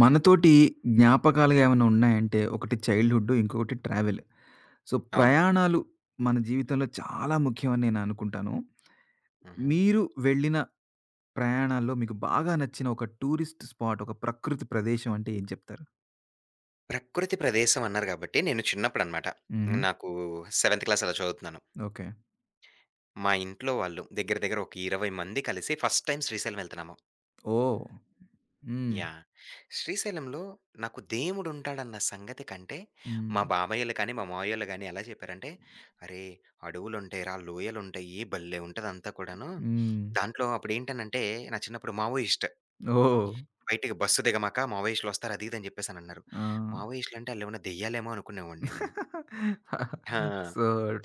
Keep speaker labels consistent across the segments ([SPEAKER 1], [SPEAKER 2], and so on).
[SPEAKER 1] మనతోటి జ్ఞాపకాలుగా ఏమైనా ఉన్నాయంటే ఒకటి చైల్డ్‌హుడ్, ఇంకొకటి ట్రావెల్. సో,
[SPEAKER 2] అవును.
[SPEAKER 1] ప్రయాణాలు మన జీవితంలో చాలా ముఖ్యమని నేను అనుకుంటాను.
[SPEAKER 2] హుహు.
[SPEAKER 1] మీరు వెళ్ళిన ప్రయాణాల్లో మీకు బాగా నచ్చిన ఒక టూరిస్ట్ స్పాట్, ఒక ప్రకృతి ప్రదేశం అంటే ఏం చెప్తారు?
[SPEAKER 2] ప్రకృతి ప్రదేశం అన్నారు గాబట్టి, నేను చిన్నప్పుడనమాట.
[SPEAKER 1] హుహు.
[SPEAKER 2] నాకు సెవెంత్ క్లాస్ అలా చదువుతున్నాను.
[SPEAKER 1] ఓకే.
[SPEAKER 2] మా ఇంట్లో వాళ్ళు దగ్గర దగ్గర ఒక 20 మంది కలిసి ఫస్ట్ టైమ్ శ్రీశైలం ఎళ్తున్నాము.
[SPEAKER 1] ఓహ్! హ్మ్.
[SPEAKER 2] యాహ్! శ్రీశైలంలో నాకు దేవుడుంటాడన్న సంగతి కంటే,
[SPEAKER 1] హ్మ్.
[SPEAKER 2] మా బాబాయోళ్ళు కానీ, మా మావయ్యోళ్ళు గానీ ఎలా చెప్పారంటే, "అరేయ్! అడవులుంటాయిరా, లోయలుంటాయి, భలే ఉంటదంతా కూడాను."
[SPEAKER 1] హ్మ్.
[SPEAKER 2] దాంట్లో అప్పుడేంటనంటే, నా చిన్నప్పుడు మావోయిస్ట్.
[SPEAKER 1] ఓహ్!
[SPEAKER 2] బయటికి బస్సు దిగమాక మావోయిస్టులొస్తారు అది ఇది అని జెప్పేసనన్నారు.
[SPEAKER 1] ఆ!
[SPEAKER 2] మావోయిస్టులంటే ఆళ్ళేమన్నా దెయ్యాలేమో అనుకునేవాడిని నేను. ఆ!
[SPEAKER 1] సో,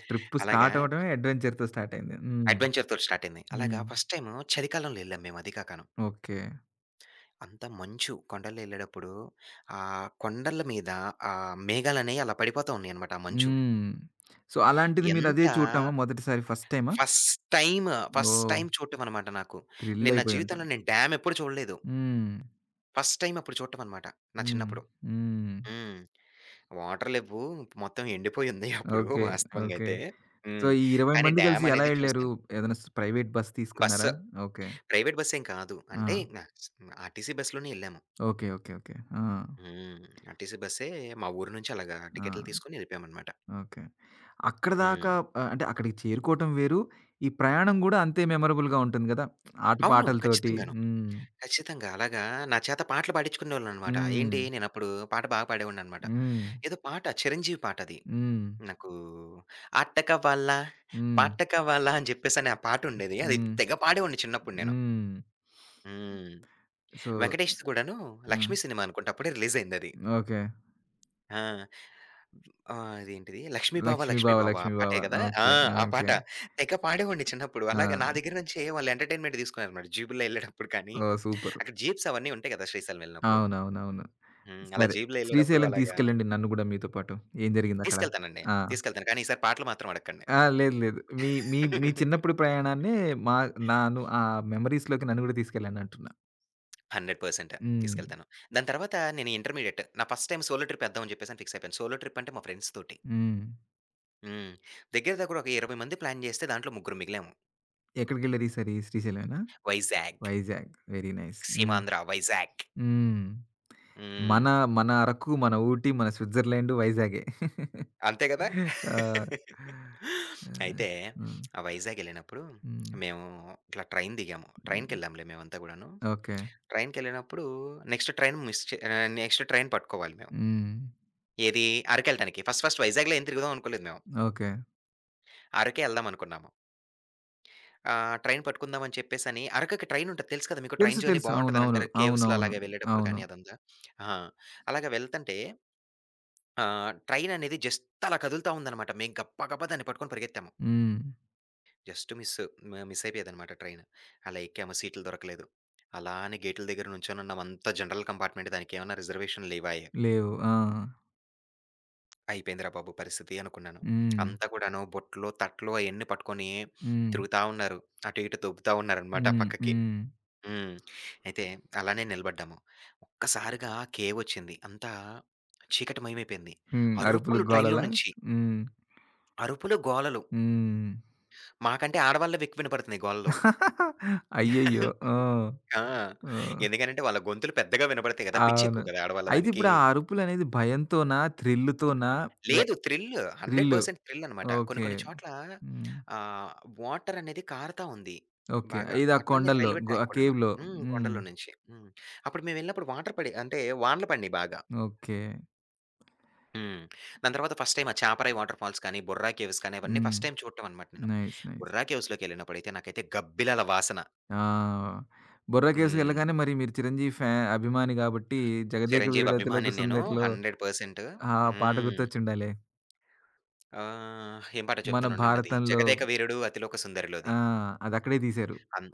[SPEAKER 1] ట్రిప్
[SPEAKER 2] అలాగా
[SPEAKER 1] స్టార్ట్ అవ్వడమే అడ్వెంచర్‌తో స్టార్ట్ అయింది. హ్మ్.
[SPEAKER 2] అడ్వెంచర్‌తోటి స్టార్ట్ అయింది. అలాగా
[SPEAKER 1] హ్మ్.
[SPEAKER 2] ఫస్ట్ టైము చలికాలంలో ఎళ్ళాం మేము అది కాకను.
[SPEAKER 1] ఓకే.
[SPEAKER 2] అంతా మంచు కొండల్లో ఎళ్ళేటప్పుడు కొండల మీద మేఘాలనేయి అలా పడిపోతా ఉన్నాయన్నమాట ఆ మంచు.
[SPEAKER 1] హ్మ్. సో, అలాంటిది మీరదే
[SPEAKER 2] ఎంత
[SPEAKER 1] చూడటమా మొదటిసారి ఫస్ట్ టైమా?
[SPEAKER 2] ఫస్ట్ టైమ్, ఫస్ట్
[SPEAKER 1] ఓహ్!
[SPEAKER 2] టైమ్ చూడటం అనమాట నాకు. నేను నా
[SPEAKER 1] థ్రిల్లయిపోయి ఉంటారు.
[SPEAKER 2] జీవితంలో నేను డ్యామ్ ఎప్పుడు చూడలేదు.
[SPEAKER 1] హ్మ్.
[SPEAKER 2] ఫస్ట్ టైమ్ అప్పుడు చూడటం అనమాట నా
[SPEAKER 1] హ్మ్.
[SPEAKER 2] చిన్నప్పుడు.
[SPEAKER 1] హ్మ్.
[SPEAKER 2] హ్మ్. వాటర్ లెవ్వు మొత్తం ఎండిపోయి ఉంది అప్పుడు
[SPEAKER 1] ఓకే.
[SPEAKER 2] వాస్తవంగా
[SPEAKER 1] ఓకే.
[SPEAKER 2] అయితే.
[SPEAKER 1] సో,
[SPEAKER 2] హ్మ్.
[SPEAKER 1] ఈ 20
[SPEAKER 2] కానీ
[SPEAKER 1] మంది కలిసి
[SPEAKER 2] డ్యామ్
[SPEAKER 1] ఎలా
[SPEAKER 2] అనేది
[SPEAKER 1] ఎళ్లారు?
[SPEAKER 2] చూసాను.
[SPEAKER 1] ఏదైనా ప్రైవేట్ బస్ తీసుకున్నారా?
[SPEAKER 2] Bus
[SPEAKER 1] okay.
[SPEAKER 2] ప్రైవేట్ బస్సేం కాదు. అంటే
[SPEAKER 1] ఆ!
[SPEAKER 2] నాక్స్ ఆర్టీసీ బస్‌లోనే ఎళ్ళాము.
[SPEAKER 1] ఓకే. ఓకే. ఓకే. ఆ!
[SPEAKER 2] హ్మ్. ఆర్టీసీ బస్సే మా ఊరు నుంచి అలాగా
[SPEAKER 1] ఆ!
[SPEAKER 2] టికెట్లు తీసుకొని ఎళ్ళిపోయామనమాట.
[SPEAKER 1] ఓకే. అక్కడ దాకా
[SPEAKER 2] హ్మ్.
[SPEAKER 1] ఆహ్, అంటే అక్కడికి చేరుకోవటం వేరు. ఈ ప్రయాణం గూడా అంతే మెమరబుల్‌గా ఉంటుంది గదా!
[SPEAKER 2] అవును.
[SPEAKER 1] ఆటపాటలతోటి.
[SPEAKER 2] ఖచ్చితంగాను.
[SPEAKER 1] హ్మ్.
[SPEAKER 2] ఖచ్చితంగా. అలాగా నా చేత పాటలు పాడించుకునేవాళ్ళనమాట.
[SPEAKER 1] హ్మ్.
[SPEAKER 2] ఏంటి నేనప్పుడు పాట బాగా పాడేవాడిననమాట.
[SPEAKER 1] హ్మ్.
[SPEAKER 2] ఏదో పాట చిరంజీవి పాటది.
[SPEAKER 1] హ్మ్.
[SPEAKER 2] నాకు ఆట కావాలా,
[SPEAKER 1] హ్మ్.
[SPEAKER 2] పాట కావాలా అని చెప్పేసని ఆ పాటుండేది. అది
[SPEAKER 1] హ్మ్.
[SPEAKER 2] తెగ పాడేవాడిని చిన్నప్పుడు నేను.
[SPEAKER 1] హ్మ్.
[SPEAKER 2] హ్మ్.
[SPEAKER 1] సో
[SPEAKER 2] వెంకటేష్‌ది కూడాను
[SPEAKER 1] హ్మ్.
[SPEAKER 2] 'లక్ష్మి' సినిమా అనుకుంటా అప్పుడే రిలీజయిందది.
[SPEAKER 1] ఓకే.
[SPEAKER 2] ఆ! అదేంటిది 'లక్ష్మీ బావ
[SPEAKER 1] 'లక్ష్మీ
[SPEAKER 2] లక్ష్మీ
[SPEAKER 1] బావ',
[SPEAKER 2] బావ' ఆ
[SPEAKER 1] 'లక్ష్మీ బావ'.
[SPEAKER 2] పాటే గదా! ఆ!
[SPEAKER 1] ఓకే.
[SPEAKER 2] ఆ
[SPEAKER 1] ఓకే.
[SPEAKER 2] పాట. తెగ పాడేవాడిని చిన్నప్పుడు.
[SPEAKER 1] ఆ!
[SPEAKER 2] అలాగే నా దగ్గర నుంచే వాళ్ళు ఎంటర్‌టైన్‌మెంట్ తీసుకున్నారన్నమాట. జీబుల్లో ఎళ్ళేటప్పుడు కానీ,
[SPEAKER 1] ఓహ్! సూపర్.
[SPEAKER 2] అక్కడ జీప్స్ అవన్నీ ఉంటాయి కదా! శ్రీశైలం వెళ్ళినప్పుడు.
[SPEAKER 1] అవునవునవును.
[SPEAKER 2] హ్మ్. అలా
[SPEAKER 1] సరే.
[SPEAKER 2] జీప్‌లో ఎళ్ళేటప్పుడు
[SPEAKER 1] శ్రీశైలం
[SPEAKER 2] అలాగా
[SPEAKER 1] తీసుకెళ్ళండి నన్ను గూడా మీతో పాటు. ఏం జరిగిందక్కడ?
[SPEAKER 2] తీసుకెళ్తానండి.
[SPEAKER 1] ఆ!
[SPEAKER 2] తీసుకెళ్తాను. కానీ ఈసారి పాటలు మాత్రం అడగకండి.
[SPEAKER 1] ఆ! లేదు, లేదు. మీ మీ మీ చిన్నప్పుడు ప్రయాణాన్నే మా నాను ఆ మెమోరీస్‌లోకి నన్ను గూడా తీసుకెళ్ళండంటున్నా.
[SPEAKER 2] 100%
[SPEAKER 1] హ్మ్.
[SPEAKER 2] తీసుకెళ్తాను. దాని తర్వాత నేను ఇంటర్మీడియేట్. నా ఫస్ట్ టైమ్ సోలో ట్రిప్ ఎద్దామని చెప్పేసని ఫిక్స్ అయిపోయాను. సోలో ట్రిప్ అంటే మా ఫ్రెండ్స్ తోటి.
[SPEAKER 1] హ్మ్.
[SPEAKER 2] హ్మ్. దగ్గర దగ్గర ఒక 20 మంది ప్లాన్ చేస్తే దాంట్లో ముగ్గురు మిగిలాము.
[SPEAKER 1] ఎక్కడికెళ్లారు ఈసారి? శ్రీశైలమేనా?
[SPEAKER 2] వైజాగ్,
[SPEAKER 1] వైజాగ్. Very nice. హ్మ్.
[SPEAKER 2] సీమాంధ్ర వైజాగ్.
[SPEAKER 1] హ్మ్.
[SPEAKER 2] హ్మ్.
[SPEAKER 1] మన మన అరకు, మన ఊటీ, మన స్విట్జర్లాండ్ వైజాగే.
[SPEAKER 2] అంతే గదా!
[SPEAKER 1] ఆ! ఆ!
[SPEAKER 2] అయితే
[SPEAKER 1] హ్మ్.
[SPEAKER 2] ఆ వైజాగెళ్ళినప్పుడు
[SPEAKER 1] హ్మ్.
[SPEAKER 2] మేము ఇట్లా ట్రైన్ దిగాము.
[SPEAKER 1] హ్మ్.
[SPEAKER 2] ట్రైన్‌కెళ్ళాంలే మేమంతా గూడాను.
[SPEAKER 1] ఓకే.
[SPEAKER 2] ట్రైన్‌కెళ్ళినప్పుడు నెక్స్ట్ ట్రైన్ మిస్ చే ఆహ్, నెక్స్ట్ ట్రైన్ పట్టుకోవాలి మేము.
[SPEAKER 1] హ్మ్.
[SPEAKER 2] ఏది? అరకెళ్ళటానికి. ఫస్ట్ ఫస్ట్ వైజాగ్‌లో ఏం తిరుగుదాం అనుకోలేదు మేము.
[SPEAKER 1] ఓకే.
[SPEAKER 2] అరకే ఎళ్దాం అనుకున్నాము. ట్రైన్ పట్టుకుందాం అని చెప్పేసని అరకుకి ట్రైన్ ఉంటది తెలుసు కదా! మీకు
[SPEAKER 1] తెలుసు.
[SPEAKER 2] ట్రైన్ జర్నీ
[SPEAKER 1] తెలుసు. అవునవును.
[SPEAKER 2] బావుంటదనంటారు. కేవ్స్‌లో
[SPEAKER 1] అవునవును.
[SPEAKER 2] అలాగా వెళ్ళేటప్పుడు
[SPEAKER 1] అవును.
[SPEAKER 2] కానీ అదంతా. ఆ! అలాగా వెళ్తంటే ట్రైన్ అనేది జస్ట్ అలా కదులుతా ఉందనమాట. మేము గబ గబా దాన్ని పట్టుకొని పరిగెత్తాము.
[SPEAKER 1] హ్మ్.
[SPEAKER 2] జస్ట్ మిస్ మిస్ అయిపోయేదనమాట ట్రైను. అలా ఎక్కాము సీట్లు దొరకలేదు. అలానే గేట్ల దగ్గర నుంచోనున్నాం. అంతా జనరల్ కంపార్ట్‌మెంట్ దానికేమన్నా రిజర్వేషన్లు లేవాయె.
[SPEAKER 1] లేవు. ఆ!
[SPEAKER 2] అయిపోయిందిరా బాబు పరిస్థితి అనుకున్నాను.
[SPEAKER 1] హ్మ్.
[SPEAKER 2] అంతా కూడాను బొట్లు, తట్లు అయన్నీ పట్టుకొని
[SPEAKER 1] హ్మ్.
[SPEAKER 2] తిరుగుతా ఉన్నారు. అటు ఇటు దొబ్బుతా ఉన్నారనమాట
[SPEAKER 1] హ్మ్.
[SPEAKER 2] పక్కకి.
[SPEAKER 1] హ్మ్.
[SPEAKER 2] హ్మ్. అయితే అలానే నిలబడ్డాము. ఒక్కసారిగా కేవొచ్చింది. అంతా చీకటిమయమైపోయింది.
[SPEAKER 1] హ్మ్. అరుపులు,
[SPEAKER 2] అరుపులు ట్రైన్‌లో
[SPEAKER 1] గోలలా?
[SPEAKER 2] నుంచి.
[SPEAKER 1] హ్మ్.
[SPEAKER 2] అరుపులు, గోలలు.
[SPEAKER 1] హ్మ్.
[SPEAKER 2] మాకంటే ఆడవాళ్ళవి ఎక్కువ వినపడుతున్నాయి
[SPEAKER 1] అయ్యయ్యో!
[SPEAKER 2] గోలలో.
[SPEAKER 1] ఆ!
[SPEAKER 2] ఆ!
[SPEAKER 1] ఆ!
[SPEAKER 2] ఎందుకనంటే వాళ్ళ గొంతులు పెద్దగా వినబడతాయి గదా! పిచ్చి
[SPEAKER 1] అవును.
[SPEAKER 2] ఎక్కువ గదా! ఆడవాళ్ళ
[SPEAKER 1] అయితే
[SPEAKER 2] దానికి.
[SPEAKER 1] ఇప్పుడు ఆ అరుపులనేది భయంతోనా? థ్రిల్‌తోనా? లే
[SPEAKER 2] లేదు థ్రిల్
[SPEAKER 1] థ్రిల్.
[SPEAKER 2] 100% థ్రిల్ అనమాట. కొన్ని
[SPEAKER 1] ఓకే.
[SPEAKER 2] కొన్ని చోట్ల
[SPEAKER 1] హ్మ్.
[SPEAKER 2] ఆహ్, వాటర్ అనేది కారుతా ఉంది
[SPEAKER 1] ఓకే.
[SPEAKER 2] బాగా.
[SPEAKER 1] ఇది ఆ
[SPEAKER 2] అట్లనే
[SPEAKER 1] కొండల్లో
[SPEAKER 2] రైల్వే
[SPEAKER 1] ఆ
[SPEAKER 2] ట్రాక్ కూడాను.
[SPEAKER 1] కేవ్‌లో.
[SPEAKER 2] హ్మ్.
[SPEAKER 1] హ్మ్.
[SPEAKER 2] కొండల్లో నుంచి. హ్మ్. అప్పుడు మేమెళ్ళినప్పుడు వాటర్ పడి అంటే వానలు పడినియి బాగా.
[SPEAKER 1] ఓకే.
[SPEAKER 2] హ్మ్. దాని తర్వాత ఫస్ట్ టైమ్ ఆ చాపరాయి వాటర్ ఫాల్స్ కానీ, బొర్రా కేవ్స్ కానీ అవన్నీ
[SPEAKER 1] హ్మ్.
[SPEAKER 2] ఫస్ట్ టైమ్ చూడటం అనమాట నేను.
[SPEAKER 1] నైస్. నైస్.
[SPEAKER 2] బొర్రా కేవ్స్‌లోకెళ్ళినప్పుడైతే నాకైతే గబ్బిలాల వాసన.
[SPEAKER 1] ఆ! బొర్రా కేవ్స్‌కి
[SPEAKER 2] హ్మ్.
[SPEAKER 1] వెళ్ళగానే మరి మీరు చిరంజీవి అభిమాని గాబట్టి 'జగదేక
[SPEAKER 2] చిరంజీవి
[SPEAKER 1] వీరుడు అతిలోక
[SPEAKER 2] అభిమానిని నేను
[SPEAKER 1] సుందరి'లో
[SPEAKER 2] 100%.
[SPEAKER 1] ఆ పాట
[SPEAKER 2] హ్మ్.
[SPEAKER 1] గుర్తొచ్చుండాలే.
[SPEAKER 2] ఆ! ఏం పాటో
[SPEAKER 1] మన
[SPEAKER 2] చెప్తాను ఉండండది.
[SPEAKER 1] భారతంలో
[SPEAKER 2] 'జగదేక వీరుడు అతిలోక సుందరి'లోది.
[SPEAKER 1] ఆ! అదక్కడే తీశారు.
[SPEAKER 2] అం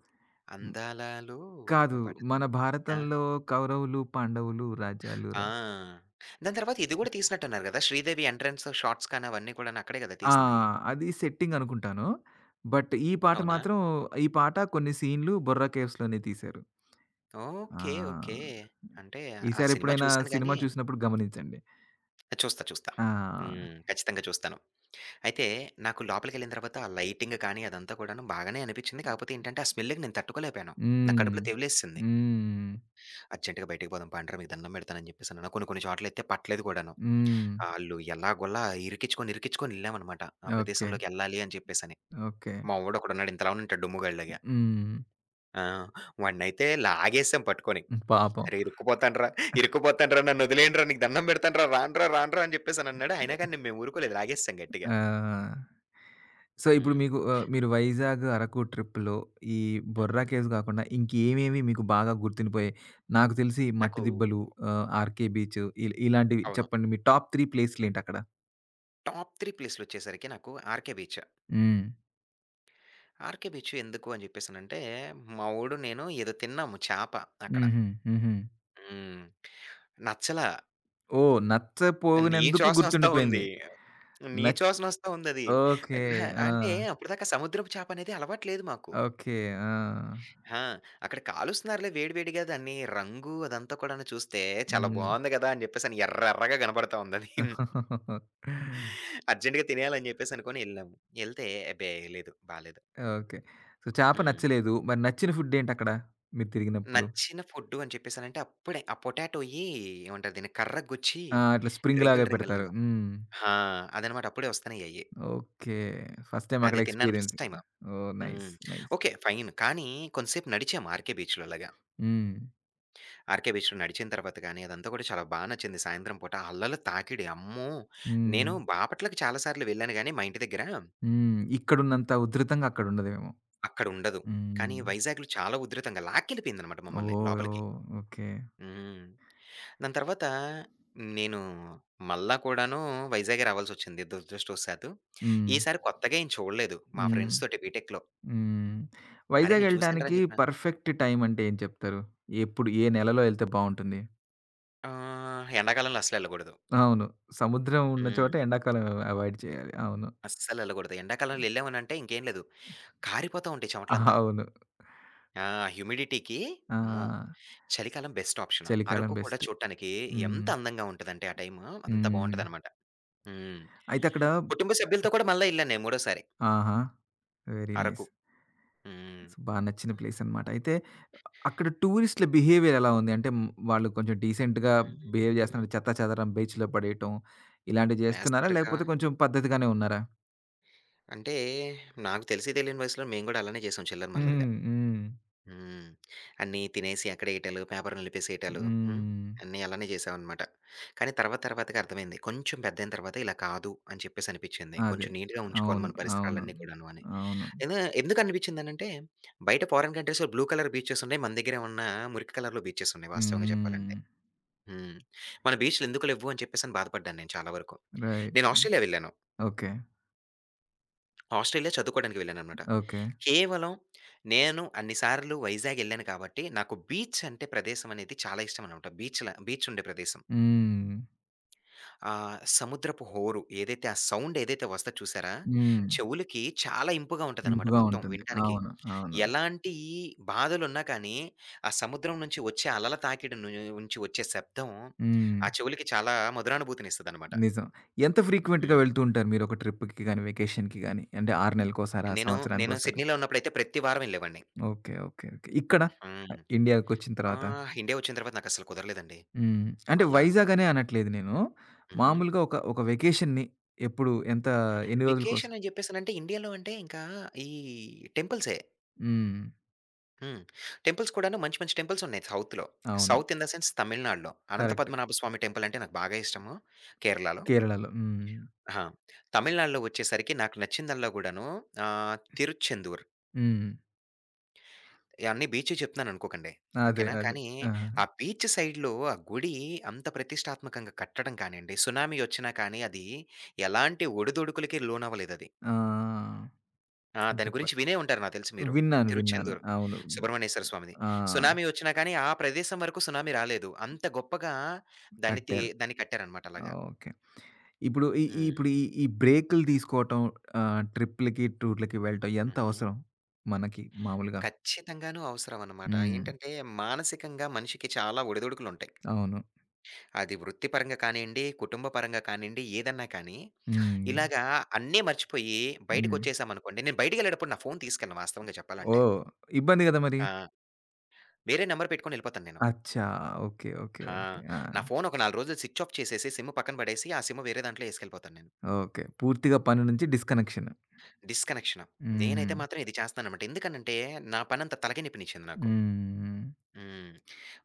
[SPEAKER 1] హ్మ్.
[SPEAKER 2] 'అందాలలో' ఆ
[SPEAKER 1] కాదు.
[SPEAKER 2] పాటది.
[SPEAKER 1] మన
[SPEAKER 2] ఆ!
[SPEAKER 1] భారతంలో కౌరవులు, పాండవులు రాజ్యాలు
[SPEAKER 2] ఆ! దాని తర్వాత ఇది గూడా తీసినట్టున్నారు గదా! 'శ్రీదేవి' ఎంట్రన్స్ షాట్స్ కానీ అవన్నీ కూడాను అక్కడే గదా!
[SPEAKER 1] ఆ!
[SPEAKER 2] తీసింది.
[SPEAKER 1] అది సెట్టింగ్ అనుకుంటాను. బట్ ఈ పాట
[SPEAKER 2] అవునా?
[SPEAKER 1] మాత్రం ఈ పాట కొన్ని సీన్‌లు బొర్రా కేవ్స్‌లోనే తీశారు.
[SPEAKER 2] ఓకే. ఓకే.
[SPEAKER 1] ఆ!
[SPEAKER 2] అంటే ఆ సినిమా
[SPEAKER 1] ఈసారెప్పుడైనా
[SPEAKER 2] చూసాను
[SPEAKER 1] సినిమా
[SPEAKER 2] గానీ
[SPEAKER 1] చూసినప్పుడు గమనించండి.
[SPEAKER 2] చూస్తా. చూస్తా.
[SPEAKER 1] ఆ!
[SPEAKER 2] హ్మ్. ఖచ్చితంగా చూస్తాను. అయితే నాకు లోపలికెళ్ళిన తర్వాత ఆ లైటింగ్ కానీ అదంతా కూడాను బాగానే అనిపిచ్చింది. కాకపోతే ఏంటంటే ఆ స్మెల్‌కి నేను తట్టుకోలేకపోయాను. నా
[SPEAKER 1] హ్మ్.
[SPEAKER 2] కడుపులో తెవిలేసేసింది.
[SPEAKER 1] హ్మ్.
[SPEAKER 2] అర్జెంట్‌గా బయటికి పోదాం పండ్రా మీకు దండం పెడతానని చెప్పేసనన్నా. కొన్ని కొన్ని చోట్లయితే పట్టలేదు కూడాను.
[SPEAKER 1] హ్మ్.
[SPEAKER 2] ఆళ్ళు ఎలాగోలా ఇరికిచ్చుకొని ఎళ్ళామనమాట. ఆ
[SPEAKER 1] ఓకే.
[SPEAKER 2] ప్రదేశంలోకెళ్ళాలి అని చెప్పేసని.
[SPEAKER 1] ఓకే.
[SPEAKER 2] మా వోడొకడున్నాడు ఇంతలా ఉంటాడు డుమ్ముగాడిలాగా.
[SPEAKER 1] హ్మ్.
[SPEAKER 2] ఆ! వాడినైతే లాగేసాం పట్టుకొని.
[SPEAKER 1] పాపం.
[SPEAKER 2] "అరే ఇరుక్కుపోతానురా నన్నొదిలేయండిరా నీకు దండం పెడతానురా రానురా" అని చెప్పేసనన్నాడు. అయినా కానీ మేము ఊరుకోలేదు. లాగేసేసాం గట్టిగా.
[SPEAKER 1] ఆ! సో, ఇప్పుడు
[SPEAKER 2] హ్మ్.
[SPEAKER 1] మీకు ఆహ్, మీరు వైజాగ్, అరకు ట్రిప్‌లో ఈ బొర్రా
[SPEAKER 2] హుహు.
[SPEAKER 1] కేవ్స్ కాకుండా ఇంకేమేమి మీకు బాగా గుర్తుండిపోయాయి? నాకు తెలిసి
[SPEAKER 2] నాకు
[SPEAKER 1] మట్టి దిబ్బలు, ఆహ్, ఆర్‌కే బీచ్ ఇలాంటివి
[SPEAKER 2] అవును.
[SPEAKER 1] చెప్పండి. మీ టాప్ 3 ప్లేసులేంటక్కడ?
[SPEAKER 2] టాప్ 3 ప్లేస్‌లొచ్చేసరికి నాకు 'ఆర్‌కే బీచ్.'
[SPEAKER 1] హ్మ్.
[SPEAKER 2] 'ఆర్‌కే బీచ్' ఎందుకు అని చెప్పేసనంటే, మా వోడు నేను ఏదో తిన్నాము చేప అక్కడ.
[SPEAKER 1] హుహు. హుహు.
[SPEAKER 2] హ్మ్. నచ్చలా.
[SPEAKER 1] ఓహ్!
[SPEAKER 2] నీ
[SPEAKER 1] నచ్చపోగినందుకు
[SPEAKER 2] చోసనొస్తా ఉంది.
[SPEAKER 1] గుర్తుండిపోయింది.
[SPEAKER 2] నీ
[SPEAKER 1] నచ్చి
[SPEAKER 2] చోసనొస్తా ఉందది.
[SPEAKER 1] ఓకే. ఆ!
[SPEAKER 2] అంటే అప్పటిదాకా సముద్రపు చేపనేది అలవాటు లేదు మాకు.
[SPEAKER 1] ఓకే. ఆ!
[SPEAKER 2] ఆ! అక్కడ కాలుస్తున్నారులే వేడి వేడిగా దాన్ని రంగు అదంతా కూడాను చూస్తే చాలా
[SPEAKER 1] హ్మ్.
[SPEAKER 2] బావుంది గదా! అని జెప్పేసని ఎర్ర ఎర్రగా గనపడతా ఉందది.
[SPEAKER 1] ఓకే.
[SPEAKER 2] అర్జెంట్‌గా తినేయాలని జెప్పేసనుకోని ఎళ్ళాము. ఎళ్తే అబ్బే! లేదు బాలేదు.
[SPEAKER 1] సో, చేప
[SPEAKER 2] హ్మ్.
[SPEAKER 1] నచ్చలేదు. మరి నచ్చిన ఫుడ్డేంటక్కడ మీరు తిరిగినప్పుడు?
[SPEAKER 2] నచ్చిన ఫుడ్డు అని చెప్పేసనంటే అప్పుడే ఆ పొటాటోయి ఏమంటారు దీన్ని కర్ర గుచ్చి
[SPEAKER 1] ఆ! ఇట్లా స్ప్రింగ్ లాగా
[SPEAKER 2] రింగలు
[SPEAKER 1] పెడతారు.
[SPEAKER 2] రింగలుగా
[SPEAKER 1] హ్మ్.
[SPEAKER 2] ఆ! అదనమాట. అప్పుడే వస్తన్నయ్యయి.
[SPEAKER 1] ఓకే. ఫస్ట్ టైమ్
[SPEAKER 2] అది
[SPEAKER 1] అక్కడ
[SPEAKER 2] తిన్నాను ఫస్ట్
[SPEAKER 1] ఎక్స్‌పీరియన్స్.
[SPEAKER 2] టైమ్.
[SPEAKER 1] ఓహ్! నైస్.
[SPEAKER 2] హ్మ్.
[SPEAKER 1] నైస్.
[SPEAKER 2] ఓకే. ఫైన్. కానీ కొంతసేపు నడిచాము ఆర్‌కే బీచ్‌లో అలాగా.
[SPEAKER 1] హ్మ్.
[SPEAKER 2] ఆర్‌కే బీచ్‌లో నడిచిన తర్వాత గాని, అదంతా కూడా చాలా బా నచ్చింది. సాయంత్రం పూట ఆ అలల తాకిడి అమ్మో!
[SPEAKER 1] హ్మ్.
[SPEAKER 2] నేను బాపట్లకి చాలా సార్లు వెళ్ళాను గాని మా ఇంటి దగ్గర
[SPEAKER 1] హ్మ్. ఇక్కడున్నంత ఉధృతంగా అక్కడుండదేమో.
[SPEAKER 2] అక్కడుండదు. కానీ
[SPEAKER 1] హ్మ్.
[SPEAKER 2] వైజాగ్‌లో చాలా ఉధృతంగా లాక్కెళ్ళిపోయిందనమాట మమ్మల్ని
[SPEAKER 1] ఓహ్!
[SPEAKER 2] లోపలికి.
[SPEAKER 1] ఓహ్! ఓకే.
[SPEAKER 2] హ్మ్. దాని తర్వాత నేను మళ్ళా కూడాను వైజాగే రావాల్సొచ్చింది దురదృష్టవశాత్తు.
[SPEAKER 1] హ్మ్.
[SPEAKER 2] ఈసారి కొత్తగా ఏం చూడలేదు. మా
[SPEAKER 1] హ్మ్.
[SPEAKER 2] ఫ్రెండ్స్ తోటి బీటెక్‌లో.
[SPEAKER 1] హ్మ్.
[SPEAKER 2] "అరే!
[SPEAKER 1] వైజాగ్
[SPEAKER 2] నేను చూసానురా"
[SPEAKER 1] ఎళ్ళటానికి
[SPEAKER 2] అని చెప్పిన.
[SPEAKER 1] పర్ఫెక్ట్ టైమ్ అంటే ఏం చెప్తారు? ఎప్పుడు ఏ నెలలో ఎళ్తే బావుంటుంది?
[SPEAKER 2] ఎండాకాలంలో అస్సలెళ్ళకూడదు.
[SPEAKER 1] అవును. సముద్రం ఉన్న చోట
[SPEAKER 2] హ్మ్.
[SPEAKER 1] ఎండాకాలం అవాయిడ్ చేయాలి. అవును.
[SPEAKER 2] అస్సలెళ్ళకూడదు. ఎండాకాలంలో ఎళ్ళామనంటే ఇంకేం లేదు. కారిపోతా ఉంటాయి చెమటలంతా.
[SPEAKER 1] అవును.
[SPEAKER 2] ఆ! హ్యూమిడిటీకి అమ్మో!
[SPEAKER 1] ఆ!
[SPEAKER 2] చలికాలం బెస్ట్ ఆప్షన్.
[SPEAKER 1] చలికాలం
[SPEAKER 2] అరకు కూడా
[SPEAKER 1] బెస్ట్.
[SPEAKER 2] చూడటానికి ఎంత
[SPEAKER 1] హ్మ్.
[SPEAKER 2] అందంగా ఉంటదంటే ఆ టైము అంత
[SPEAKER 1] హ్మ్.
[SPEAKER 2] బావుంటదనమాట. హ్మ్.
[SPEAKER 1] అయితే అక్కడ
[SPEAKER 2] కుటుంబ సభ్యులతో కూడా మళ్ళా ఎళ్ళాను నేను మూడోసారి
[SPEAKER 1] ఆహా! వెరీ
[SPEAKER 2] అరకు.
[SPEAKER 1] నైస్.
[SPEAKER 2] హ్మ్.
[SPEAKER 1] సో, బా నచ్చిన ప్లేస్ అనమాట. అయితే అక్కడ టూరిస్ట్‌ల బిహేవియర్ ఎలా ఉంది? అంటే హ్మ్, వాళ్ళు కొంచెం డీసెంట్‌గా బిహేవ్
[SPEAKER 2] హ్మ్.
[SPEAKER 1] చేస్తున్నారా? చెత్తాచెదరం బీచ్‌లో పడేయటం ఇలాంటివి చేస్తున్నారా?
[SPEAKER 2] వేస్తారుగా.
[SPEAKER 1] లేకపోతే కొంచెం పద్ధతిగానే ఉన్నారా?
[SPEAKER 2] అంటే నాకు తెలిసి తెలియని వయసులో మేము గూడా అలానే చేసాం చిల్లర మల్లరగా.
[SPEAKER 1] హ్మ్. హ్మ్.
[SPEAKER 2] హ్మ్. అన్నీ తినేసి అక్కడేయటాలు, పేపర్ నలిపేసేయటాలు. హ్మ్.
[SPEAKER 1] హ్మ్.
[SPEAKER 2] అన్నీ అలానే చేసామనమాట. కానీ తర్వాత తర్వాతగా అర్థమైంది. కొంచెం పెద్దయిన తర్వాత ఇలా కాదు అని చెప్పేసనిపిచ్చింది.
[SPEAKER 1] అదే.
[SPEAKER 2] కొంచెం నీట్‌గా ఉంచుకోవాలి
[SPEAKER 1] అవును.
[SPEAKER 2] మన
[SPEAKER 1] అవును.
[SPEAKER 2] పరిసరాలన్నీ కూడాను అని.
[SPEAKER 1] అవును.
[SPEAKER 2] ఏదో ఎందుకనిపిచ్చిందనంటే, బయట ఫారెన్ కంట్రీస్‌లో బ్లూ కలర్ బీచెస్ ఉన్నాయి. మన దగ్గరేమన్నా మురికి కలర్‌లో బీచెస్ ఉన్నాయి వాస్తవంగా చెప్పాలంటే.
[SPEAKER 1] హ్మ్.
[SPEAKER 2] హ్మ్. మన బీచ్‌లెందుకు లెవ్వు అని చెప్పేసని బాధపడ్డాను నేను చాలా వరకు.
[SPEAKER 1] రైట్.
[SPEAKER 2] నేను ఆస్ట్రేలియా వెళ్ళాను.
[SPEAKER 1] ఓకే.
[SPEAKER 2] ఆస్ట్రేలియా చదువుకోడానికి వెళ్ళాననమాట.
[SPEAKER 1] ఓకే.
[SPEAKER 2] కేవలం నేను అన్ని సార్లు వైజాగ్ ఎళ్ళాను కాబట్టి, నాకు బీచ్ అంటే ప్రదేశం అనేది చాలా ఇష్టమనమాట. బీచ్ ఉండే ప్రదేశం.
[SPEAKER 1] హ్మ్.
[SPEAKER 2] సముద్రపు హోరు ఏదైతే ఆ సౌండ్ ఏదైతే వస్తది చూసారా?
[SPEAKER 1] హ్మ్.
[SPEAKER 2] చెవులకి చాలా ఇంపుగా ఉంటదనమాట
[SPEAKER 1] ఇంపుగా
[SPEAKER 2] మొత్తం
[SPEAKER 1] ఉంటుంది.
[SPEAKER 2] వినటానికి.
[SPEAKER 1] అవును. అవును.
[SPEAKER 2] ఎలాంటి బాధలున్నా కానీ, ఆ సముద్రం నుంచి వచ్చే అలల తాకిడి నుంచి వచ్చే శబ్దం
[SPEAKER 1] హ్మ్.
[SPEAKER 2] ఆ చెవులకి చాలా మధురానుభూతినిస్తదనమాట.
[SPEAKER 1] నిజం. ఎంత ఫ్రీక్వెంట్‌గా
[SPEAKER 2] హ్మ్.
[SPEAKER 1] వెళ్తూ ఉంటారు మీరు ఒక ట్రిప్‌కి గాని, వెకేషన్‌కి గాని? అంటే 6 నెలలకోసారా?
[SPEAKER 2] నేను, నేను
[SPEAKER 1] సంవత్సరానికోసారా?
[SPEAKER 2] సిడ్నీలో ఉన్నప్పుడైతే ప్రతి వారం ఎళ్ళేవాడిని.
[SPEAKER 1] ఓకే. ఓకే. ఓకే. ఇక్కడ
[SPEAKER 2] హ్మ్.
[SPEAKER 1] ఇండియాకొచ్చిన
[SPEAKER 2] ఆ!
[SPEAKER 1] తర్వాత?
[SPEAKER 2] ఇండియా వచ్చిన తర్వాత నాకస్సలు కుదరలేదండి.
[SPEAKER 1] హ్మ్. అంటే
[SPEAKER 2] మళ్ళా
[SPEAKER 1] వైజాగ్ అనే అనట్లేదు నేను.
[SPEAKER 2] హుహు.
[SPEAKER 1] మామూలుగా ఒక ఒక వెకేషన్‌ని ఎప్పుడు ఎంత ఎన్ని
[SPEAKER 2] వెకేషన్
[SPEAKER 1] రోజులకోసారి?
[SPEAKER 2] అని జెప్పేసనంటే ఇండియాలో అంటే ఇంకా ఈ టెంపుల్సే.
[SPEAKER 1] హ్మ్.
[SPEAKER 2] హ్మ్. టెంపుల్స్ కూడాను మంచి మంచి టెంపుల్స్ ఉన్నాయి సౌత్‌లో.
[SPEAKER 1] అవును.
[SPEAKER 2] సౌత్ ఇన్ ద సెన్స్ తమిళనాడులో. అనంత
[SPEAKER 1] కరెక్ట్.
[SPEAKER 2] పద్మనాభ స్వామి టెంపుల్ అంటే నాకు బాగా ఇష్టము కేరళలో.
[SPEAKER 1] కేరళలో. హ్మ్.
[SPEAKER 2] ఆ! తమిళనాడులో వచ్చేసరికి నాకు నచ్చిందల్లా గూడాను తిరుచెందూర్.
[SPEAKER 1] హ్మ్.
[SPEAKER 2] అన్ని బీచ్ చెప్తున్నాననుకోకండి.
[SPEAKER 1] అదే.
[SPEAKER 2] ఓకేనా.
[SPEAKER 1] అదే.
[SPEAKER 2] కానీ
[SPEAKER 1] ఆ!
[SPEAKER 2] ఆ బీచ్ సైడ్‌లో ఆ గుడి అంత ప్రతిష్టాత్మకంగా కట్టడం కానియండి, సునామీ వచ్చినా కానీ అది ఎలాంటి ఒడిదుడుకులకి లోనవ్వలేదది.
[SPEAKER 1] ఆ!
[SPEAKER 2] ఆ! దాని
[SPEAKER 1] గొప్ప.
[SPEAKER 2] గురించి వినే ఉంటారు నాకు తెలిసి మీరు.
[SPEAKER 1] విన్నాను. విన్నాను.
[SPEAKER 2] 'తిరుచెందూరు'
[SPEAKER 1] అవును.
[SPEAKER 2] సుబ్రహ్మణ్యేశ్వర స్వామిది.
[SPEAKER 1] ఆ!
[SPEAKER 2] సునామీ వచ్చినా కానీ ఆ ప్రదేశం వరకు సునామీ రాలేదు. అంత గొప్పగా
[SPEAKER 1] కట్టారు.
[SPEAKER 2] దాన్ని కట్టారనమాట అలాగా.
[SPEAKER 1] ఓకే. ఇప్పుడు ఈ ఈ
[SPEAKER 2] హ్మ్.
[SPEAKER 1] ఇప్పుడు ఈ ఈ బ్రేకులు తీసుకోవటం ఆహ్, ట్రిప్‌లకి, టూర్‌లకి వెళ్ళటం ఎంత
[SPEAKER 2] హుహు.
[SPEAKER 1] అవసరం మనకి మామూలుగా?
[SPEAKER 2] ఖచ్చితంగాను అవసరం అనమాట.
[SPEAKER 1] హ్మ్.
[SPEAKER 2] ఏంటంటే మానసికంగా మనిషికి చాలా ఒడిదుడుకులుంటాయి.
[SPEAKER 1] అవును.
[SPEAKER 2] అది వృత్తిపరంగా కానియండి, కుటుంబ పరంగా కానియండి, ఏదన్నా కానీ
[SPEAKER 1] హ్మ్.
[SPEAKER 2] ఇలాగా అన్నీ మర్చిపోయి
[SPEAKER 1] హ్మ్.
[SPEAKER 2] బయటికొచ్చేసామనుకోండి నేను బయటికెళ్ళేటప్పుడు నా ఫోను తీసుకెళ్ళను వాస్తవంగా చెప్పాలంటే.
[SPEAKER 1] ఓహ్! ఇబ్బంది గదా మరి.
[SPEAKER 2] ఆ! వేరే నంబర్ పెట్టుకొని ఎళ్ళిపోతాను నేను.
[SPEAKER 1] అచ్చా! ఓకే. ఓకే.
[SPEAKER 2] ఆ!
[SPEAKER 1] ఓకే. ఆ!
[SPEAKER 2] నా ఫోను ఒక 4 రోజులు స్విచ్ ఆఫ్ చేసేసి, సిమ్ పక్కన పడేసి, ఆ సిమ్ వేరే దాంట్లో యేసుకెళ్ళిపోతాను నేను.
[SPEAKER 1] ఓకే. పూర్తిగా పని నుంచి డిస్కనెక్షన్.
[SPEAKER 2] డిస్‌కనెక్షన్.
[SPEAKER 1] హ్మ్.
[SPEAKER 2] నేనైతే మాత్రం ఇది చేస్తాననమాట. ఎందుకనంటే, నా పనంతా తలకాయనొప్పినిచ్చింది నాకు.
[SPEAKER 1] హ్మ్.
[SPEAKER 2] హ్మ్.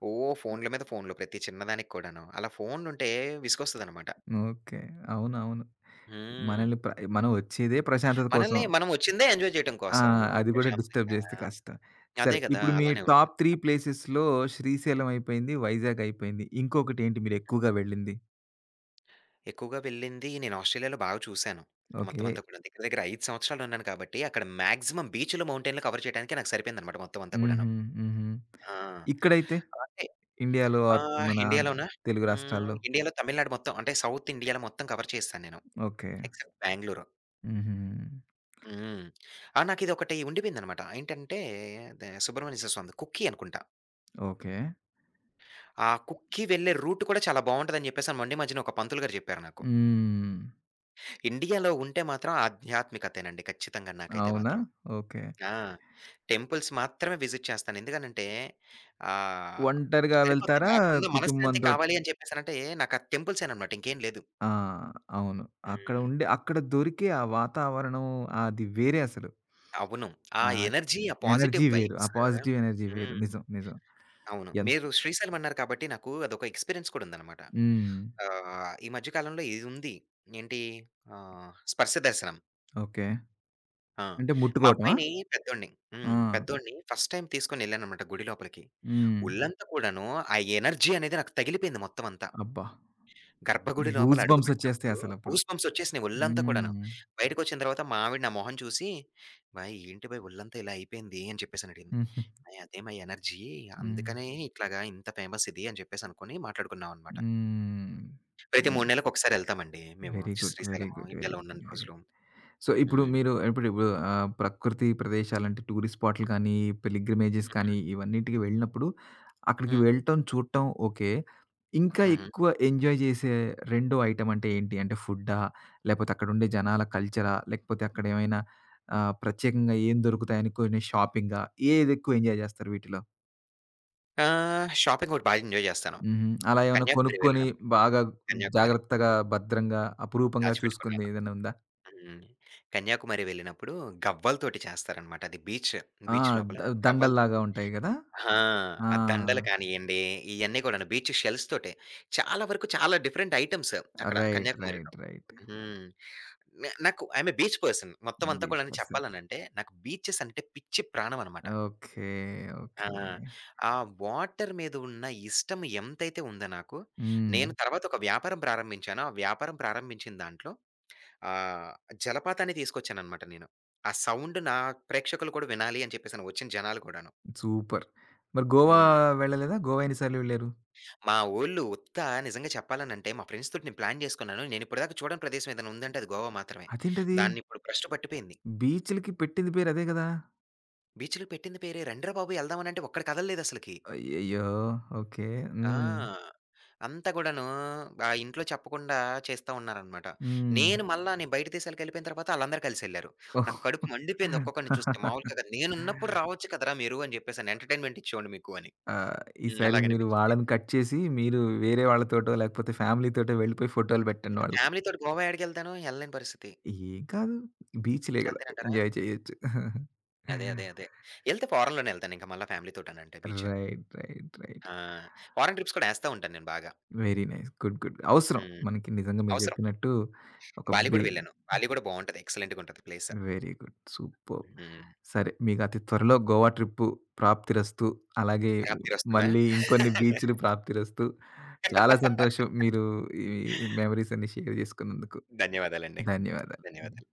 [SPEAKER 2] ఓ ఫోనుల మీద ఫోనులు ప్రతి చిన్నదానికి కూడాను. అలా ఫోనులుంటే విసుగొస్తదనమాట.
[SPEAKER 1] ఓకే. అవునవును. మనల్ని
[SPEAKER 2] హ్మ్.
[SPEAKER 1] ప్ర మనం వచ్చేదే ప్రశాంతత కోసం.
[SPEAKER 2] మనల్ని మనం వచ్చిందే ఎంజాయ్ చేయటం
[SPEAKER 1] ఆ!
[SPEAKER 2] కోసం
[SPEAKER 1] అది కూడా డిస్టర్బ్
[SPEAKER 2] ప్రశాంతంగా.
[SPEAKER 1] చేస్తే కష్టం.
[SPEAKER 2] అదే
[SPEAKER 1] సరే
[SPEAKER 2] గదా!
[SPEAKER 1] ఇప్పుడు మీ
[SPEAKER 2] అలానే ఉంటది.
[SPEAKER 1] టాప్ 3 ప్లేసెస్‌లో శ్రీశైలం అయిపోయింది, వైజాగ్ అయిపోయింది. ఇంకొకటేంటి మీరెక్కువగా వెళ్ళింది?
[SPEAKER 2] ఎక్కువగా వెళ్ళింది నేను ఆస్ట్రేలియాలో బాగా చూశాను. మొత్తం
[SPEAKER 1] ఓకే.
[SPEAKER 2] అంతా కూడా దగ్గర దగ్గర 5 సంవత్సరాలున్నాను కాబట్టి, అక్కడ మాక్సిమం బీచ్‌లు, మౌంటైన్‌లు కవర్ చేయడానికి నాకు సరిపోయిందనమాట మొత్తం అంతా కూడాను.
[SPEAKER 1] హుహు. హుహు.
[SPEAKER 2] ఆ!
[SPEAKER 1] ఇక్కడైతే?
[SPEAKER 2] అంటే
[SPEAKER 1] ఇండియాలో ఆర్ మన
[SPEAKER 2] ఇండియాలోనా?
[SPEAKER 1] తెలుగు
[SPEAKER 2] హ్మ్.
[SPEAKER 1] రాష్ట్రాల్లో?
[SPEAKER 2] ఇండియాలో తమిళనాడు మొత్తం అంటే సౌత్ ఇండియాలో మొత్తం కవర్ చేసేసాను నేను.
[SPEAKER 1] ఓకే.
[SPEAKER 2] ఎక్సెప్ట్ బెంగుళూరు.
[SPEAKER 1] హుహు.
[SPEAKER 2] హ్మ్. ఆ! నాకిదొకటి ఉండిపోయిందనమాట. ఏంటంటే ద సుబ్రహ్మణ్యేశ్వర స్వామిది 'కుక్కి' అనుకుంటా.
[SPEAKER 1] ఓకే.
[SPEAKER 2] ఆ 'కుక్కి' వెళ్ళే రూట్ కూడా చాలా బావుంటదని చెప్పేసి మొండి మధ్యన ఒక పంతులు గారు చెప్పారు నాకు.
[SPEAKER 1] హ్మ్.
[SPEAKER 2] ఇండియాలో ఉంటే మాత్రం ఆధ్యాత్మికతేనండి ఖచ్చితంగా నాకైతే
[SPEAKER 1] అవునా?
[SPEAKER 2] మాత్రం.
[SPEAKER 1] ఓకే.
[SPEAKER 2] ఆ! టెంపుల్స్ మాత్రమే విజిట్ చేస్తాను. ఎందుకనంటే ఆహ్,
[SPEAKER 1] ఒంటరిగా
[SPEAKER 2] సరిపోద్ది.
[SPEAKER 1] వెళ్తారా?
[SPEAKER 2] నాకున్న మనశ్శాంతి
[SPEAKER 1] కుటుంబంతో
[SPEAKER 2] కావాలి అని చెప్పేసనంటే నాకు ఆ టెంపుల్సేననమాట ఇంకేం లేదు.
[SPEAKER 1] ఆ! అవును. అక్కడ
[SPEAKER 2] హ్మ్.
[SPEAKER 1] ఉండే అక్కడ దొరికే ఆ వాతావరణం అది వేరే అసలు.
[SPEAKER 2] అవును. ఆ
[SPEAKER 1] ఆ
[SPEAKER 2] ఎనర్జీ, ఆ
[SPEAKER 1] ఎనర్జీ
[SPEAKER 2] పాజిటివ్
[SPEAKER 1] వేరు. ఆ
[SPEAKER 2] వైబ్స్
[SPEAKER 1] పాజిటివ్ ఎనర్జీ వేరు.
[SPEAKER 2] హ్మ్.
[SPEAKER 1] నిజం. నిజం.
[SPEAKER 2] అవును.
[SPEAKER 1] ఎన్
[SPEAKER 2] మీరు శ్రీశైలం అన్నారు కాబట్టి నాకు అదొక ఎక్స్‌పీరియన్స్ కూడా ఉందన్నమాట.
[SPEAKER 1] హ్మ్.
[SPEAKER 2] ఈ మధ్య కాలంలో ఇదుంది. ఏంటి స్పర్శ దర్శనం.
[SPEAKER 1] ఓకే.
[SPEAKER 2] ఆ!
[SPEAKER 1] అంటే
[SPEAKER 2] మా
[SPEAKER 1] ముట్టుకోవటమా?
[SPEAKER 2] అబ్బాయిని పెద్దోడిని హ్మ్.
[SPEAKER 1] ఆ!
[SPEAKER 2] పెద్దోడిని ఫస్ట్ టైమ్ తీసుకొనెళ్ళానన్నమాట గుడి లోపలికి.
[SPEAKER 1] హ్మ్.
[SPEAKER 2] ఒళ్ళంతా కూడాను ఆ ఎనర్జీ అనేది నాకు తగిలిపోయింది మొత్తం అంతా.
[SPEAKER 1] అబ్బా!
[SPEAKER 2] గర్భగుడి లోపల
[SPEAKER 1] గూస్ బంప్స్ వచ్చేస్తాయి
[SPEAKER 2] అడుగుపెట్టినప్పుడు
[SPEAKER 1] అసలప్పుడు.
[SPEAKER 2] గూస్‌బంప్స్ వచ్చేసినాయి ఒళ్ళంతా కూడాను.
[SPEAKER 1] హ్మ్.
[SPEAKER 2] బయటకొచ్చిన తర్వాత మా ఆవిడ నా మొహం చూసి, "బాయ్ ఏంటి బాయ్ ఒళ్ళంతా ఇలా అయిపోయింది" అని చెప్పేసనడిగింది.
[SPEAKER 1] హుహు.
[SPEAKER 2] "అయ్! అదే మా ఎనర్జీ
[SPEAKER 1] హ్మ్.
[SPEAKER 2] అందుకనే ఇట్లాగా ఇంత ఫేమస్ ఇది" అని చెప్పేసి అనుకోని మాట్లాడుకున్నామనమాట.
[SPEAKER 1] హ్మ్.
[SPEAKER 2] ప్రతి 3 నెలలకొకసారి ఎళ్తామండి మేము
[SPEAKER 1] very good. Very
[SPEAKER 2] Srisailam
[SPEAKER 1] good. Very
[SPEAKER 2] ఇండియాలో
[SPEAKER 1] గుడ్.
[SPEAKER 2] ఉన్నన్ని
[SPEAKER 1] వెరీ
[SPEAKER 2] రోజులు.
[SPEAKER 1] సో, ఇప్పుడు
[SPEAKER 2] హ్మ్.
[SPEAKER 1] మీరు ఇప్పుడు ఇప్పుడు ఆహ్, ప్రకృతి ప్రదేశాలంటే టూరిస్ట్ స్పాట్లు కానీ, పిల్గ్రిమేజెస్ కానీ ఇవన్నిటికి వెళ్ళినప్పుడు అక్కడికి
[SPEAKER 2] హ్మ్.
[SPEAKER 1] వెళ్ళటం, చూడటం ఓకే. ఇంకా
[SPEAKER 2] హుహు.
[SPEAKER 1] ఎక్కువ ఎంజాయ్ చేసే రెండో ఐటెమ్ అంటే ఏంటి? అంటే ఫుడ్డా? లేకపోతే అక్కడుండే జనాల కల్చరా? లేకపోతే అక్కడేమైనా ఆహ్, ప్రత్యేకంగా ఏం దొరుకుతాయని కొన్ని షాపింగా? ఏదెక్కువ ఎంజాయ్ చేస్తారు వీటిలో?
[SPEAKER 2] షాపింగ్ ఒకటి బాగా ఎంజాయ్ చేస్తాను.
[SPEAKER 1] హుహు. అలా ఏమైనా
[SPEAKER 2] కన్యాకుమారి
[SPEAKER 1] కొనుక్కొని
[SPEAKER 2] వెళ్ళినప్పుడు
[SPEAKER 1] బాగా
[SPEAKER 2] కన్యాకుమారి
[SPEAKER 1] జాగ్రత్తగా, భద్రంగా, అపురూపంగా చూసుకుంది
[SPEAKER 2] దాచిపెట్టుకున్నాను.
[SPEAKER 1] ఏదైనా ఉందా?
[SPEAKER 2] హ్మ్. కన్యాకుమారి వెళ్ళినప్పుడు గవ్వలతోటి చేస్తారనమాట. అది బీచ్,
[SPEAKER 1] ఆ!
[SPEAKER 2] బీచ్ లోపల
[SPEAKER 1] ద
[SPEAKER 2] గవ్వలతోటి
[SPEAKER 1] దండల్లాగా ఉంటాయి గదా!
[SPEAKER 2] ఆ!
[SPEAKER 1] ఆ!
[SPEAKER 2] ఆ దండలు కానియ్యండి, ఇయన్నీ కూడాను బీచ్ షెల్స్ తోటే. చాలా వరకు చాలా డిఫరెంట్ ఐటెమ్స్ అక్కడ
[SPEAKER 1] రైట్.
[SPEAKER 2] కన్యాకుమారిలో.
[SPEAKER 1] రైట్. రైట్.
[SPEAKER 2] హ్మ్. నాకు ఐయామ్ ఎ బీచ్ పర్సన్. మొత్తం అంతా
[SPEAKER 1] బీచ్
[SPEAKER 2] కూడాను
[SPEAKER 1] పర్సన్.
[SPEAKER 2] చెప్పాలనంటే, నాకు బీచెస్ అంటే పిచ్చి ప్రాణం అనమాట.
[SPEAKER 1] ఓకే.
[SPEAKER 2] ఆ!
[SPEAKER 1] ఓకే.
[SPEAKER 2] ఆ వాటర్ మీద ఉన్న ఇష్టం ఎంతైతే ఉందో నాకు,
[SPEAKER 1] హ్మ్.
[SPEAKER 2] నేను తర్వాత ఒక వ్యాపారం ప్రారంభించాను. ఆ వ్యాపారం ప్రారంభించిన దాంట్లో ఆహ్, జలపాతాన్ని తీసుకొచ్చాననమాట నేను. ఆ సౌండ్ నా ప్రేక్షకులు కూడా వినాలి అని చెప్పేసని వచ్చిన జనాలు కూడాను.
[SPEAKER 1] సూపర్. మరి గోవా
[SPEAKER 2] హ్మ్.
[SPEAKER 1] వెళ్ళలేదా? గోవా ఎన్ని సార్లు వెళ్లారు?
[SPEAKER 2] మా వోళ్ళు ఉత్త నిజంగా చెప్పాలనంటే, మా ఫ్రెండ్స్ తోటి నేను ప్లాన్ జేసుకున్నాను. నేను ఇప్పటిదాకా చూడని ప్రదేశం ఏదైనా ఉందంటే అది గోవా మాత్రమే.
[SPEAKER 1] అదేంటది?
[SPEAKER 2] దాన్నిప్పుడు భ్రష్టు పట్టిపోయింది.
[SPEAKER 1] బీచ్‌లకి పెట్టింది పేరు అదే గదా!
[SPEAKER 2] బీచ్‌లకి పెట్టింది పేరే, "రండిరా బాబు ఎళ్దామనంటే" ఒక్కడు కదలలేదసలకి.
[SPEAKER 1] అయ్యయ్యో! ఓకే.
[SPEAKER 2] ఆ!
[SPEAKER 1] హ్మ్.
[SPEAKER 2] అంతా గూడాను ఇంట్లో చెప్పకుండా చేస్తా ఉన్నారనమాట.
[SPEAKER 1] హ్మ్.
[SPEAKER 2] మళ్ళా నేను బయట దేశాలకెళ్ళిపోయిన తర్వాత ఆళ్ళందరూ కలిసెళ్లారు.
[SPEAKER 1] ఓహ్!
[SPEAKER 2] నాకు కడుపు మండిపోయింది ఒక్కొక్కడిని చూస్తే మామూలుగా కాదు. నేనున్నప్పుడు రావచ్చు కదరా మీరు అని జెప్పేసని ఎంటర్‌టైన్‌మెంట్ ఇచ్చేవాడిని మీకు అని.
[SPEAKER 1] ఆ!
[SPEAKER 2] హ్మ్.
[SPEAKER 1] ఈసారి మీరు
[SPEAKER 2] అలాగనిపించింది.
[SPEAKER 1] వాళ్ళని కట్ చేసి మీరు వేరే వాళ్ళతోటో లేకపోతే ఫ్యామిలీతోటో వెళ్ళిపోయి ఫోటోలు పెట్టండి
[SPEAKER 2] ఇంక
[SPEAKER 1] వాళ్ళకి.
[SPEAKER 2] ఫ్యామిలీతోటి గోవా ఏడికెళ్తాను? ఎళ్ళలేని పరిస్థితి.
[SPEAKER 1] ఏం కాదు. బీచ్‌లే గదా!
[SPEAKER 2] అంతేనంటారా?
[SPEAKER 1] ఎంజాయ్ చేయొచ్చు.
[SPEAKER 2] అదే. ఎళ్తే ఫారెన్‌లోనే ఎళ్తానింక మళ్ళా ఫ్యామిలీ తోటనంటే బీచ్.
[SPEAKER 1] రైట్. రైట్. రైట్.
[SPEAKER 2] ఆ! ఫారెన్ ట్రిప్స్ కూడా ఏస్తా ఉంటాను నేను బాగా.
[SPEAKER 1] Very nice. గుడ్. గుడ్. అవసరం.
[SPEAKER 2] హ్మ్.
[SPEAKER 1] మనకి నిజంగా మీరు
[SPEAKER 2] అవసరం.
[SPEAKER 1] చెప్పినట్టు ఒక
[SPEAKER 2] బాలి గూడా
[SPEAKER 1] బ్రేక్
[SPEAKER 2] వెళ్ళాను. బాలి గూడా బావుంటది. ఎక్సలెంట్‌గుంటది ప్లేస్.
[SPEAKER 1] Very good. సూపర్బ్.
[SPEAKER 2] హ్మ్.
[SPEAKER 1] సరే మీకు అతి త్వరలో గోవా ట్రిప్పు ప్రాప్తిరస్తు. అలాగే
[SPEAKER 2] ప్రాప్తిరస్తునా?
[SPEAKER 1] మళ్ళీ ఇంకొన్ని బీచ్‌లు ప్రాప్తిరస్తు. చాలా సంతోషం మీరు ఈ మెమోరీస్ అన్ని షేర్ చేసుకున్నందుకు.
[SPEAKER 2] ధన్యవాదాలండి.
[SPEAKER 1] ధన్యవాదాలు. హ్మ్.
[SPEAKER 2] ధన్యవాదాలు.